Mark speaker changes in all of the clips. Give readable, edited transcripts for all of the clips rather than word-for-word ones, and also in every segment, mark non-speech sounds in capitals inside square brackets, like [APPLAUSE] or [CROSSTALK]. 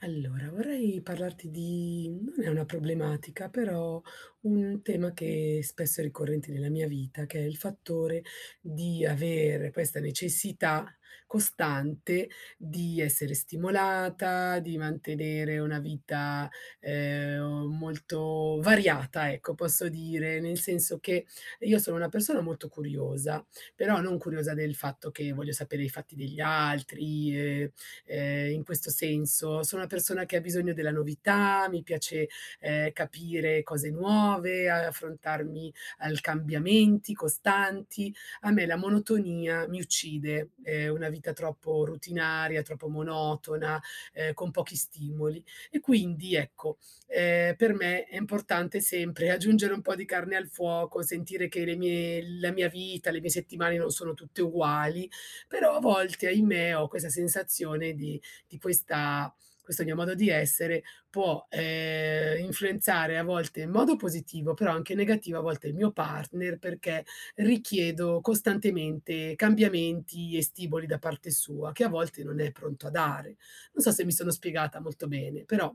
Speaker 1: Allora, vorrei parlarti di non è una problematica, però un tema che spesso è ricorrente nella mia vita, che è il fattore di avere questa necessità costante di essere stimolata, di mantenere una vita, molto variata, ecco, posso dire, nel senso che io sono una persona molto curiosa, però non curiosa del fatto che voglio sapere i fatti degli altri, ehm, in questo senso. Sono una persona che ha bisogno della novità, mi piace, capire cose nuove, affrontarmi al cambiamenti costanti. A me la monotonia mi uccide, una vita troppo routinaria, troppo monotona, con pochi stimoli. E quindi ecco, per me è importante sempre [LAUGHS] aggiungere un po' di carne al fuoco, sentire che le mie la mia vita, le mie settimane non sono tutte uguali, però a volte, ahimè, ho questa sensazione di questa questo mio modo di essere può, influenzare a volte in modo positivo, però anche negativo a volte il mio partner, perché richiedo costantemente cambiamenti e stimoli da parte sua, che a volte non è pronto a dare. Non so se mi sono spiegata molto bene, però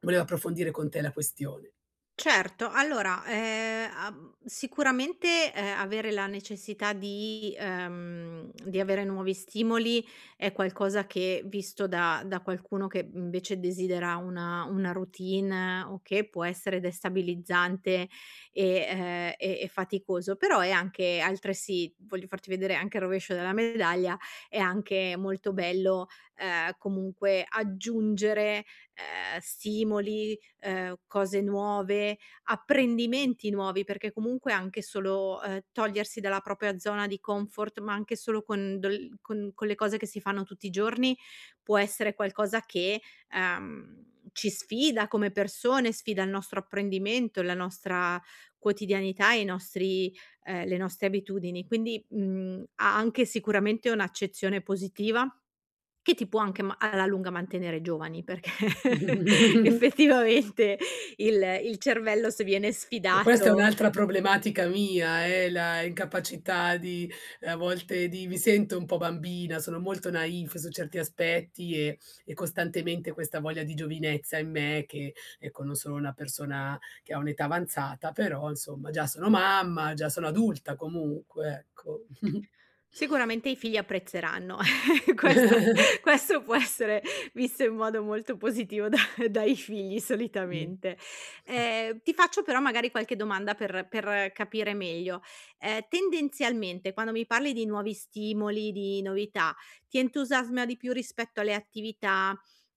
Speaker 1: volevo approfondire con te la questione.
Speaker 2: Certo, allora, am sicuramente, avere la necessità di avere nuovi stimoli è qualcosa che visto da qualcuno che invece desidera una routine o che può essere destabilizzante e faticoso, però è anche altresì voglio farti vedere anche il rovescio della medaglia, è anche molto bello, comunque aggiungere, stimoli, cose nuove, apprendimenti nuovi, perché comunque anche solo, togliersi dalla propria zona di comfort, ma anche solo con del con le cose che si fanno tutti i giorni, può essere qualcosa che, ci sfida come persone, sfida il nostro apprendimento, la nostra quotidianità e i nostri le nostre abitudini. Quindi, ha anche sicuramente un'accezione positiva che ti può anche ma alla lunga mantenere giovani, perché [LAUGHS]
Speaker 1: [LAUGHS]
Speaker 2: effettivamente il cervello se viene
Speaker 1: E questa è
Speaker 2: sfidato.
Speaker 1: un'altra problematica mia, la incapacità di a volte di mi sento un po' bambina, sono molto naïf su certi aspetti e costantemente questa voglia di giovinezza in me che, ecco, non sono una persona che ha un'età avanzata, però insomma già sono mamma, già sono adulta comunque, ecco. [LAUGHS]
Speaker 2: Sicuramente i figli apprezzeranno. [LAUGHS] Questo questo può essere visto in modo molto positivo da dai figli
Speaker 1: Mh.
Speaker 2: solitamente. Ti faccio però magari qualche domanda per capire meglio. Tendenzialmente quando mi parli di nuovi stimoli, di novità, ti entusiasma di più rispetto alle attività,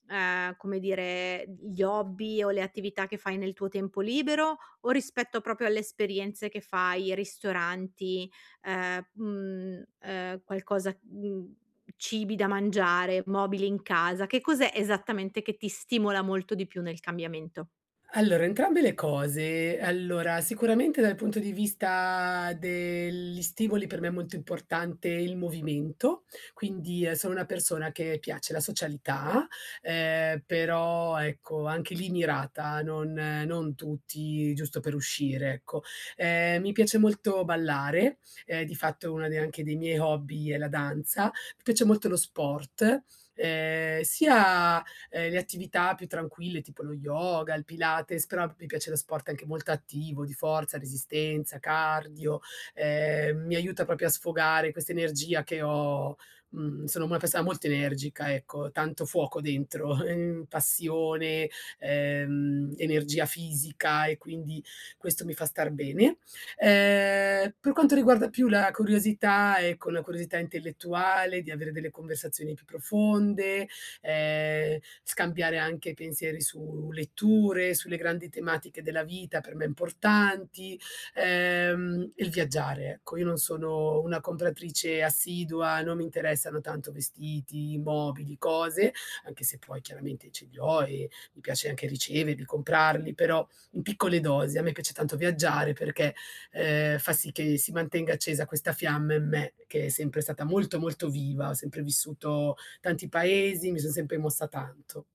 Speaker 2: come dire, gli hobby o le attività che fai nel tuo tempo libero, o rispetto proprio alle esperienze che fai, i ristoranti, qualcosa, cibi da mangiare, mobili in casa, che cos'è esattamente che ti stimola molto di più nel cambiamento?
Speaker 1: Allora, entrambe le cose. Allora, sicuramente dal punto di vista degli stimoli per me è molto importante il movimento, quindi, sono una persona che piace la socialità, però ecco, anche lì mirata, non non tutti giusto per uscire, ecco. Mi piace molto ballare, di fatto una de anche dei miei hobby è la danza. Mi piace molto lo sport, sia le attività più tranquille, tipo lo yoga, il Pilates, però mi piace lo sport anche molto attivo, di forza, resistenza, cardio, mi aiuta proprio a sfogare questa energia che ho. Sono una persona molto energica, ecco, tanto fuoco dentro, [LAUGHS] passione, energia fisica e quindi questo mi fa star bene. Per quanto riguarda più la curiosità, ecco, una curiosità intellettuale, di avere delle conversazioni più profonde, ehm, scambiare anche pensieri su letture, sulle grandi tematiche della vita per me importanti, e il viaggiare, ecco. Io non sono una compratrice assidua, non mi interessano tanto vestiti, mobili, cose, anche se poi chiaramente ce li ho e mi piace anche riceverli, comprarli, però in piccole dosi. A me piace tanto viaggiare perché, fa sì che si mantenga accesa questa fiamma in me che è sempre stata molto, molto viva, ho sempre vissuto tanti paesi, mi son sempre mossa tanto.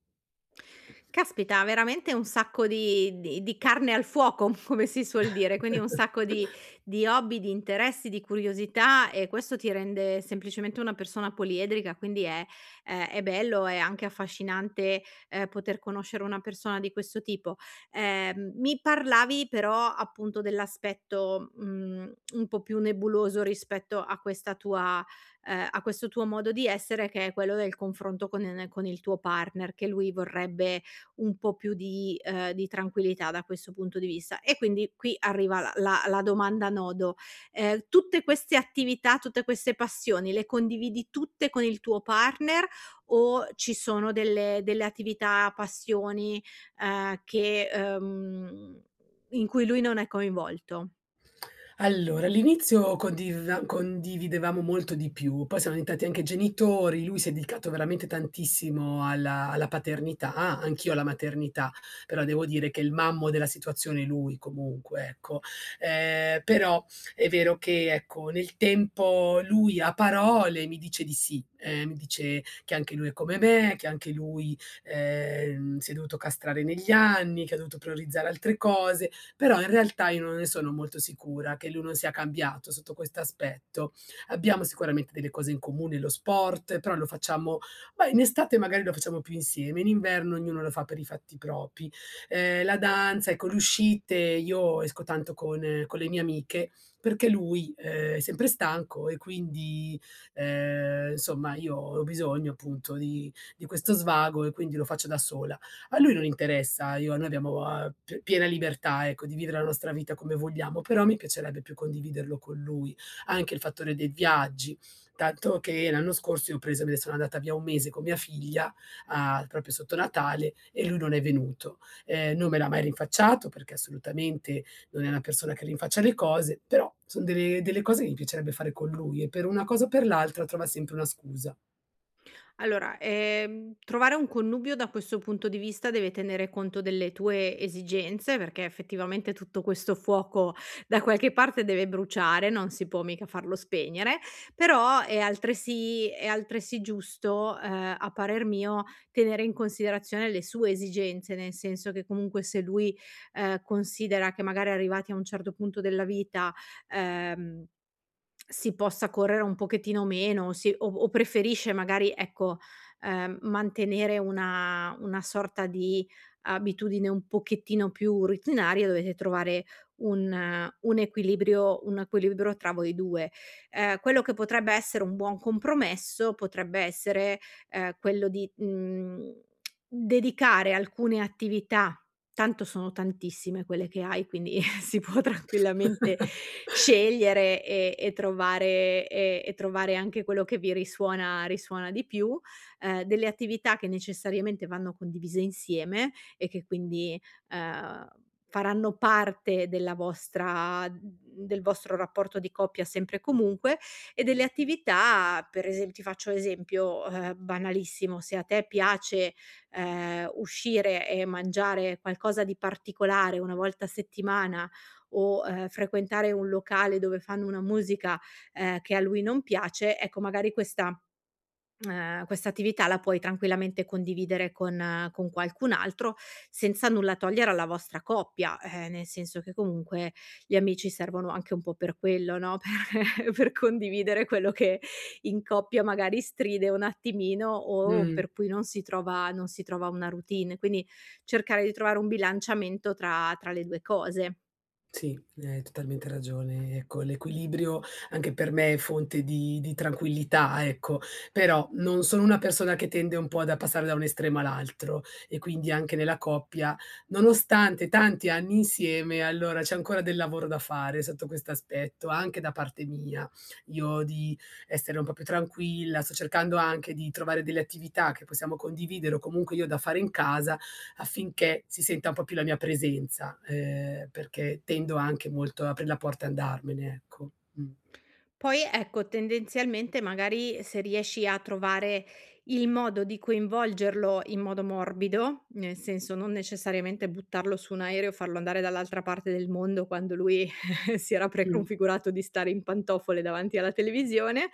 Speaker 2: Caspita, veramente un sacco di carne al fuoco, [LAUGHS] come si suol dire, quindi un sacco di hobby, di interessi, di curiosità e questo ti rende semplicemente una persona poliedrica, quindi è bello, è anche affascinante, poter conoscere una persona di questo tipo. Mi parlavi però appunto dell'aspetto, un po' più nebuloso rispetto a questa tua a questo tuo modo di essere che è quello del confronto con il tuo partner, che lui vorrebbe, un po' più di tranquillità da questo punto di vista. E quindi qui arriva la domanda nodo: tutte queste attività, tutte queste passioni le condividi tutte con il tuo partner o ci sono delle attività, passioni, che, in cui lui non è coinvolto?
Speaker 1: Allora, all'inizio condividevamo molto di più, poi siamo diventati anche genitori, lui si è dedicato veramente tantissimo alla paternità, anch'io alla maternità, però devo dire che il mammo della situazione è lui comunque, ecco. Però è vero che, ecco, nel tempo lui a parole mi dice di sì, mi dice che anche lui è come me, che anche lui, si è dovuto castrare negli anni, che ha dovuto priorizzare altre cose, però in realtà io non ne sono molto sicura che lui non sia cambiato sotto questo aspetto. Abbiamo sicuramente delle cose in comune, lo sport, però lo facciamo, ma in estate magari lo facciamo più insieme, in inverno ognuno lo fa per i fatti propri. La danza, ecco, le uscite, io esco tanto con le mie amiche, perché lui, è sempre stanco e quindi, insomma io ho bisogno appunto di questo svago e quindi lo faccio da sola. A lui non interessa, io noi abbiamo, p piena libertà, ecco, di vivere la nostra vita come vogliamo, però mi piacerebbe più condividerlo con lui. Anche il fattore dei viaggi, tanto che l'anno scorso io ho preso me ne sono andata via 1 mese con mia figlia, a proprio sotto Natale, e lui non è venuto. Non me l'ha mai rinfacciato, perché assolutamente non è una persona che rinfaccia le cose, però son delle cose che mi piacerebbe fare con lui e per una cosa o per l'altra trova sempre una scusa.
Speaker 2: Allora, trovare un connubio da questo punto di vista deve tenere conto delle tue esigenze, perché effettivamente tutto questo fuoco da qualche parte deve bruciare, non si può mica farlo spegnere, però è altresì giusto, a parer mio, tenere in considerazione le sue esigenze, nel senso che comunque se lui considera che magari arrivati a un certo punto della vita, ehm, si possa correre un pochettino meno, si o preferisce magari, ecco, mantenere una sorta di abitudine un pochettino più routinaria, dovete trovare un equilibrio tra voi 2. Quello che potrebbe essere un buon compromesso potrebbe essere, quello di, dedicare alcune attività. Tanto sono tantissime quelle che hai, quindi [LAUGHS] si può tranquillamente
Speaker 1: [LAUGHS]
Speaker 2: scegliere e trovare e trovare anche quello che vi risuona di più, delle attività che necessariamente vanno condivise insieme e che quindi, ehm, faranno parte della vostra del vostro rapporto di coppia sempre e comunque e delle attività per esem ti faccio esempio, banalissimo, se a te piace, uscire e mangiare qualcosa di particolare una volta a settimana o, frequentare un locale dove fanno una musica, che a lui non piace, ecco magari questa attività la puoi tranquillamente condividere con qualcun altro, senza nulla togliere alla vostra coppia, nel senso che comunque gli amici servono anche un po' per quello, no, [LAUGHS] per condividere quello che in coppia magari stride un attimino o
Speaker 1: Mh.
Speaker 2: per cui non si trova una routine. Quindi cercare di trovare un bilanciamento tra le 2 cose.
Speaker 1: Sì, hai totalmente ragione. Ecco, l'equilibrio anche per me è fonte di tranquillità, ecco. Però non sono una persona che tende un po' da passare da un estremo all'altro e quindi anche nella coppia, nonostante tanti anni insieme, allora c'è ancora del lavoro da fare sotto questo aspetto, anche da parte mia. Io di essere un po' più tranquilla, sto cercando anche di trovare delle attività che possiamo condividere o comunque io da fare in casa affinché si senta un po' più la mia presenza, perché tendo anche molto a aprir la porta e andarmene, ecco. Mh.
Speaker 2: Poi ecco, tendenzialmente magari se riesci a trovare il modo di coinvolgerlo in modo morbido, nel senso non necessariamente buttarlo su un aereo, e farlo andare dall'altra parte del mondo quando lui [LAUGHS] si era
Speaker 1: Mh.
Speaker 2: preconfigurato di stare in pantofole davanti alla televisione,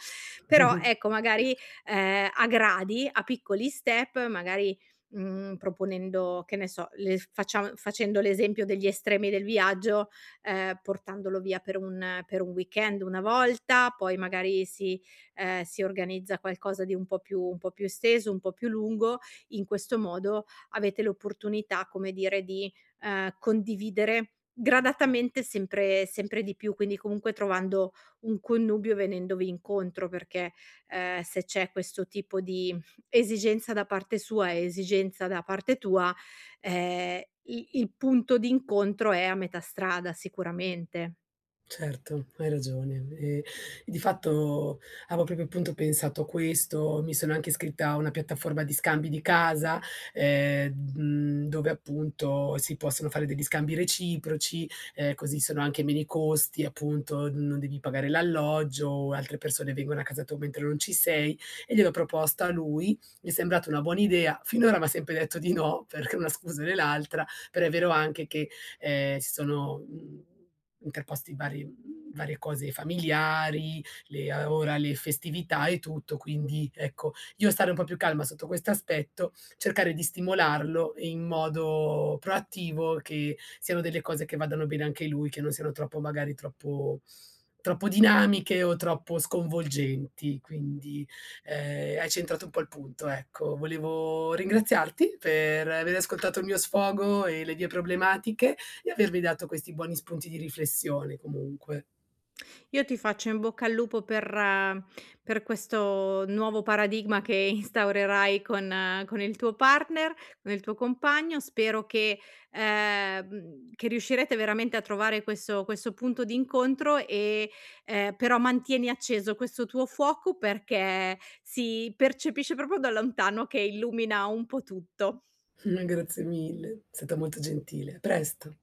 Speaker 2: però
Speaker 1: [LAUGHS]
Speaker 2: ecco magari, a gradi, a piccoli step, magari, proponendo che ne so, le facciam facendo l'esempio degli estremi del viaggio, portandolo via per un weekend una volta, poi magari si si organizza qualcosa di un po' più esteso, un po' più lungo. In questo modo avete l'opportunità, come dire, di, condividere gradatamente sempre di più, quindi comunque trovando un connubio venendovi incontro, perché, se c'è questo tipo di esigenza da parte sua e esigenza da parte tua, i il punto d'incontro è a metà strada sicuramente.
Speaker 1: Certo, hai ragione. Di fatto avevo proprio appunto pensato a questo, mi sono anche iscritta a una piattaforma di scambi di casa, dove appunto si possono fare degli scambi reciproci, così sono anche meno i costi, appunto non devi pagare l'alloggio, altre persone vengono a casa tua mentre non ci sei, e gliel'ho proposta a lui, mi è sembrata una buona idea, finora m'ha sempre detto di no, perché una scusa né l'altra, però è vero anche che si sono, interposti varie cose familiari, le a ora le festività e tutto, quindi ecco, io stare un po' più calma sotto questo aspetto, cercare di stimolarlo in modo proattivo, che siano delle cose che vadano bene anche lui, che non siano troppo magari troppo dinamiche o troppo sconvolgenti. Quindi, hai centrato un po' il punto, ecco. Volevo ringraziarti per aver ascoltato il mio sfogo e le mie problematiche di avermi dato questi buoni spunti di riflessione comunque.
Speaker 2: Io ti faccio in bocca al lupo per questo nuovo paradigma che [LAUGHS] instaurerai con il tuo partner, con il tuo compagno. Spero che riuscirete veramente a trovare questo punto d'incontro e, però mantieni acceso questo tuo fuoco perché si percepisce proprio da lontano che illumina un po' tutto.
Speaker 1: [LAUGHS] Grazie mille, è stata molto gentile. A presto.